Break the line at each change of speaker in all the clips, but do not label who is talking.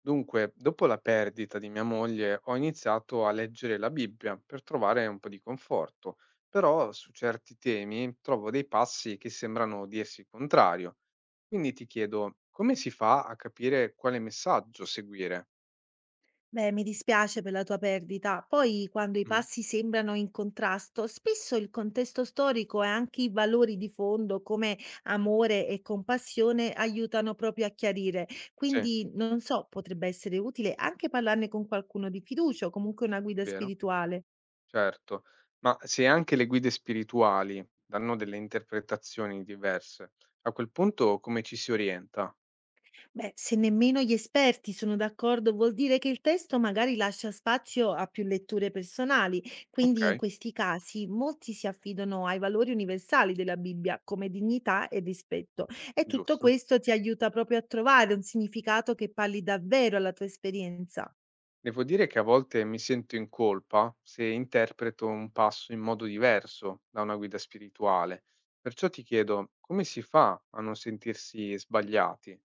Dunque, dopo la perdita di mia moglie, ho iniziato a leggere la Bibbia per trovare un po' di conforto, però su certi temi trovo dei passi che sembrano dirsi il contrario. Quindi ti chiedo, come si fa a capire quale messaggio seguire?
Beh, mi dispiace per la tua perdita. Poi, quando i
Mm,
passi sembrano in contrasto, spesso il contesto storico e anche i valori di fondo come amore e compassione aiutano proprio a chiarire.
sì,
Quindi, non so, potrebbe essere utile anche parlarne con qualcuno di fiducia o comunque una guida
vero,
spirituale.
certo. Ma se anche le guide spirituali danno delle interpretazioni diverse, a quel punto come ci si orienta?
Beh, se nemmeno gli esperti sono d'accordo, vuol dire che il testo magari lascia spazio a più letture personali, quindi in
Ok,
questi casi molti si affidano ai valori universali della Bibbia, come dignità e rispetto. E tutto
giusto.
questo ti aiuta proprio a trovare un significato che parli davvero alla tua esperienza.
Devo dire che a volte mi sento in colpa se interpreto un passo in modo diverso da una guida spirituale. Perciò ti chiedo, come si fa a non sentirsi sbagliati?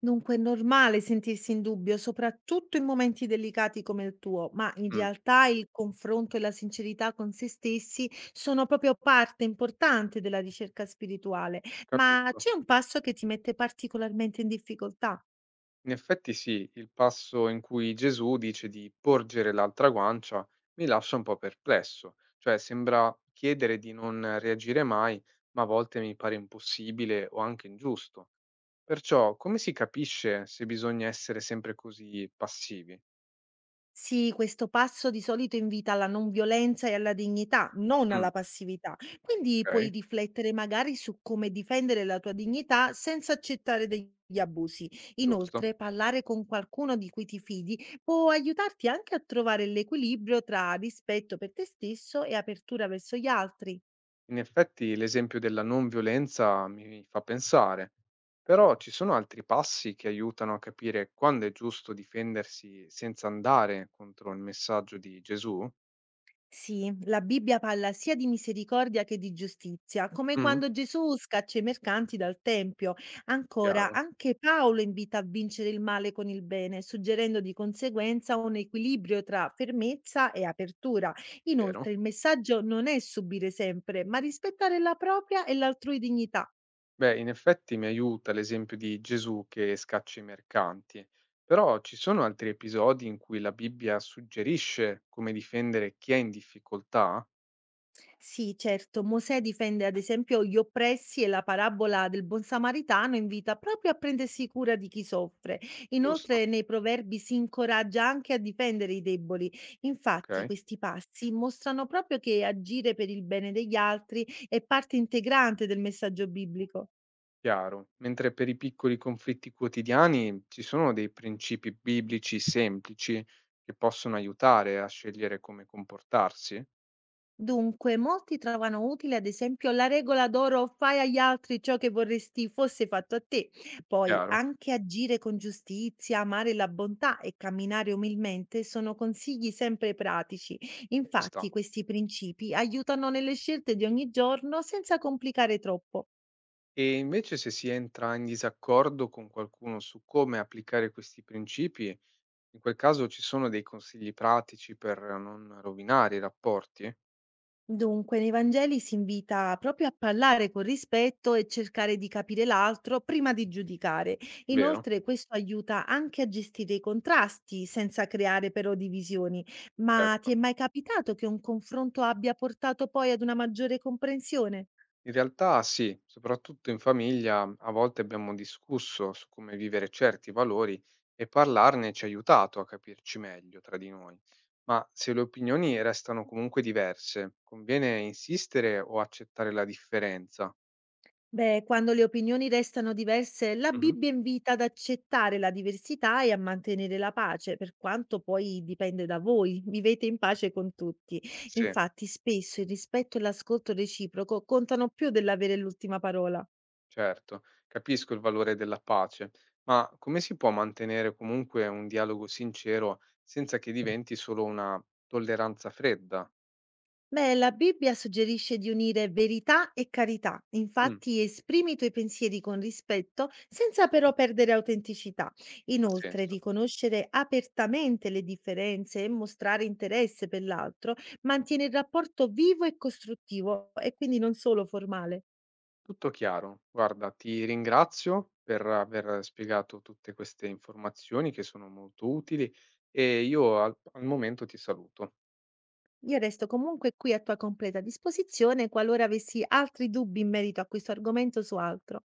Dunque, è normale sentirsi in dubbio, soprattutto in momenti delicati come il tuo, ma in
Mm,
realtà il confronto e la sincerità con se stessi sono proprio parte importante della ricerca spirituale. Ma
capisco.
c'è un passo che ti mette particolarmente in difficoltà?
In effetti sì, il passo in cui Gesù dice di porgere l'altra guancia mi lascia un po' perplesso, cioè sembra chiedere di non reagire mai, ma a volte mi pare impossibile o anche ingiusto. Perciò come si capisce se bisogna essere sempre così passivi?
Sì, questo passo di solito invita alla non violenza e alla dignità, non
Mm.
alla passività. Quindi puoi
Okay,
riflettere magari su come difendere la tua dignità senza accettare degli abusi.
giusto.
Inoltre, parlare con qualcuno di cui ti fidi può aiutarti anche a trovare l'equilibrio tra rispetto per te stesso e apertura verso gli altri.
In effetti l'esempio della non violenza mi fa pensare, però ci sono altri passi che aiutano a capire quando è giusto difendersi senza andare contro il messaggio di Gesù?
Sì, la Bibbia parla sia di misericordia che di giustizia, come
Mh,
quando Gesù scaccia i mercanti dal tempio. Ancora,
chiaro,
anche Paolo invita a vincere il male con il bene, suggerendo di conseguenza un equilibrio tra fermezza e apertura.
vero.
Inoltre, il messaggio non è subire sempre, ma rispettare la propria e l'altrui dignità.
Beh, in effetti mi aiuta l'esempio di Gesù che scaccia i mercanti, però ci sono altri episodi in cui la Bibbia suggerisce come difendere chi è in difficoltà?
Sì, certo. Mosè difende ad esempio gli oppressi e la parabola del buon samaritano invita proprio a prendersi cura di chi soffre.
Giusto,
Inoltre nei proverbi si incoraggia anche a difendere i deboli. Infatti
ok.
questi passi mostrano proprio che agire per il bene degli altri è parte integrante del messaggio biblico.
Chiaro, mentre per i piccoli conflitti quotidiani ci sono dei principi biblici semplici che possono aiutare a scegliere come comportarsi?
Dunque, molti trovano utile, ad esempio, la regola d'oro fai agli altri ciò che vorresti fosse fatto a te. Poi,
Chiaro,
anche agire con giustizia, amare la bontà e camminare umilmente sono consigli sempre pratici.
ci
Infatti,
sta.
questi principi aiutano nelle scelte di ogni giorno senza complicare troppo.
E invece se si entra in disaccordo con qualcuno su come applicare questi principi, in quel caso ci sono dei consigli pratici per non rovinare i rapporti?
Dunque, nei Vangeli si invita proprio a parlare con rispetto e cercare di capire l'altro prima di giudicare.
Vero?
Inoltre, questo aiuta anche a gestire i contrasti senza creare però divisioni. Ma
Certo.
ti è mai capitato che un confronto abbia portato poi ad una maggiore comprensione?
In realtà sì, soprattutto in famiglia, a volte abbiamo discusso su come vivere certi valori e parlarne ci ha aiutato a capirci meglio tra di noi. Ma se le opinioni restano comunque diverse, conviene insistere o accettare la differenza?
Beh, quando le opinioni restano diverse, la
Mhm.
Bibbia invita ad accettare la diversità e a mantenere la pace, per quanto poi dipende da voi, vivete in pace con tutti.
Sì,
Infatti, spesso il rispetto e l'ascolto reciproco contano più dell'avere l'ultima parola.
certo, capisco il valore della pace, ma come si può mantenere comunque un dialogo sincero senza che diventi solo una tolleranza fredda?
Beh, la Bibbia suggerisce di unire verità e carità,
Mm.
infatti esprimi i tuoi pensieri con rispetto senza però perdere autenticità.
Ha
Inoltre,
senso?
riconoscere apertamente le differenze e mostrare interesse per l'altro mantiene il rapporto vivo e costruttivo e quindi non solo formale.
Tutto chiaro. Guarda, ti ringrazio per aver spiegato tutte queste informazioni che sono molto utili e io al momento ti saluto.
Io resto comunque qui a tua completa disposizione qualora avessi altri dubbi in merito a questo argomento o su altro.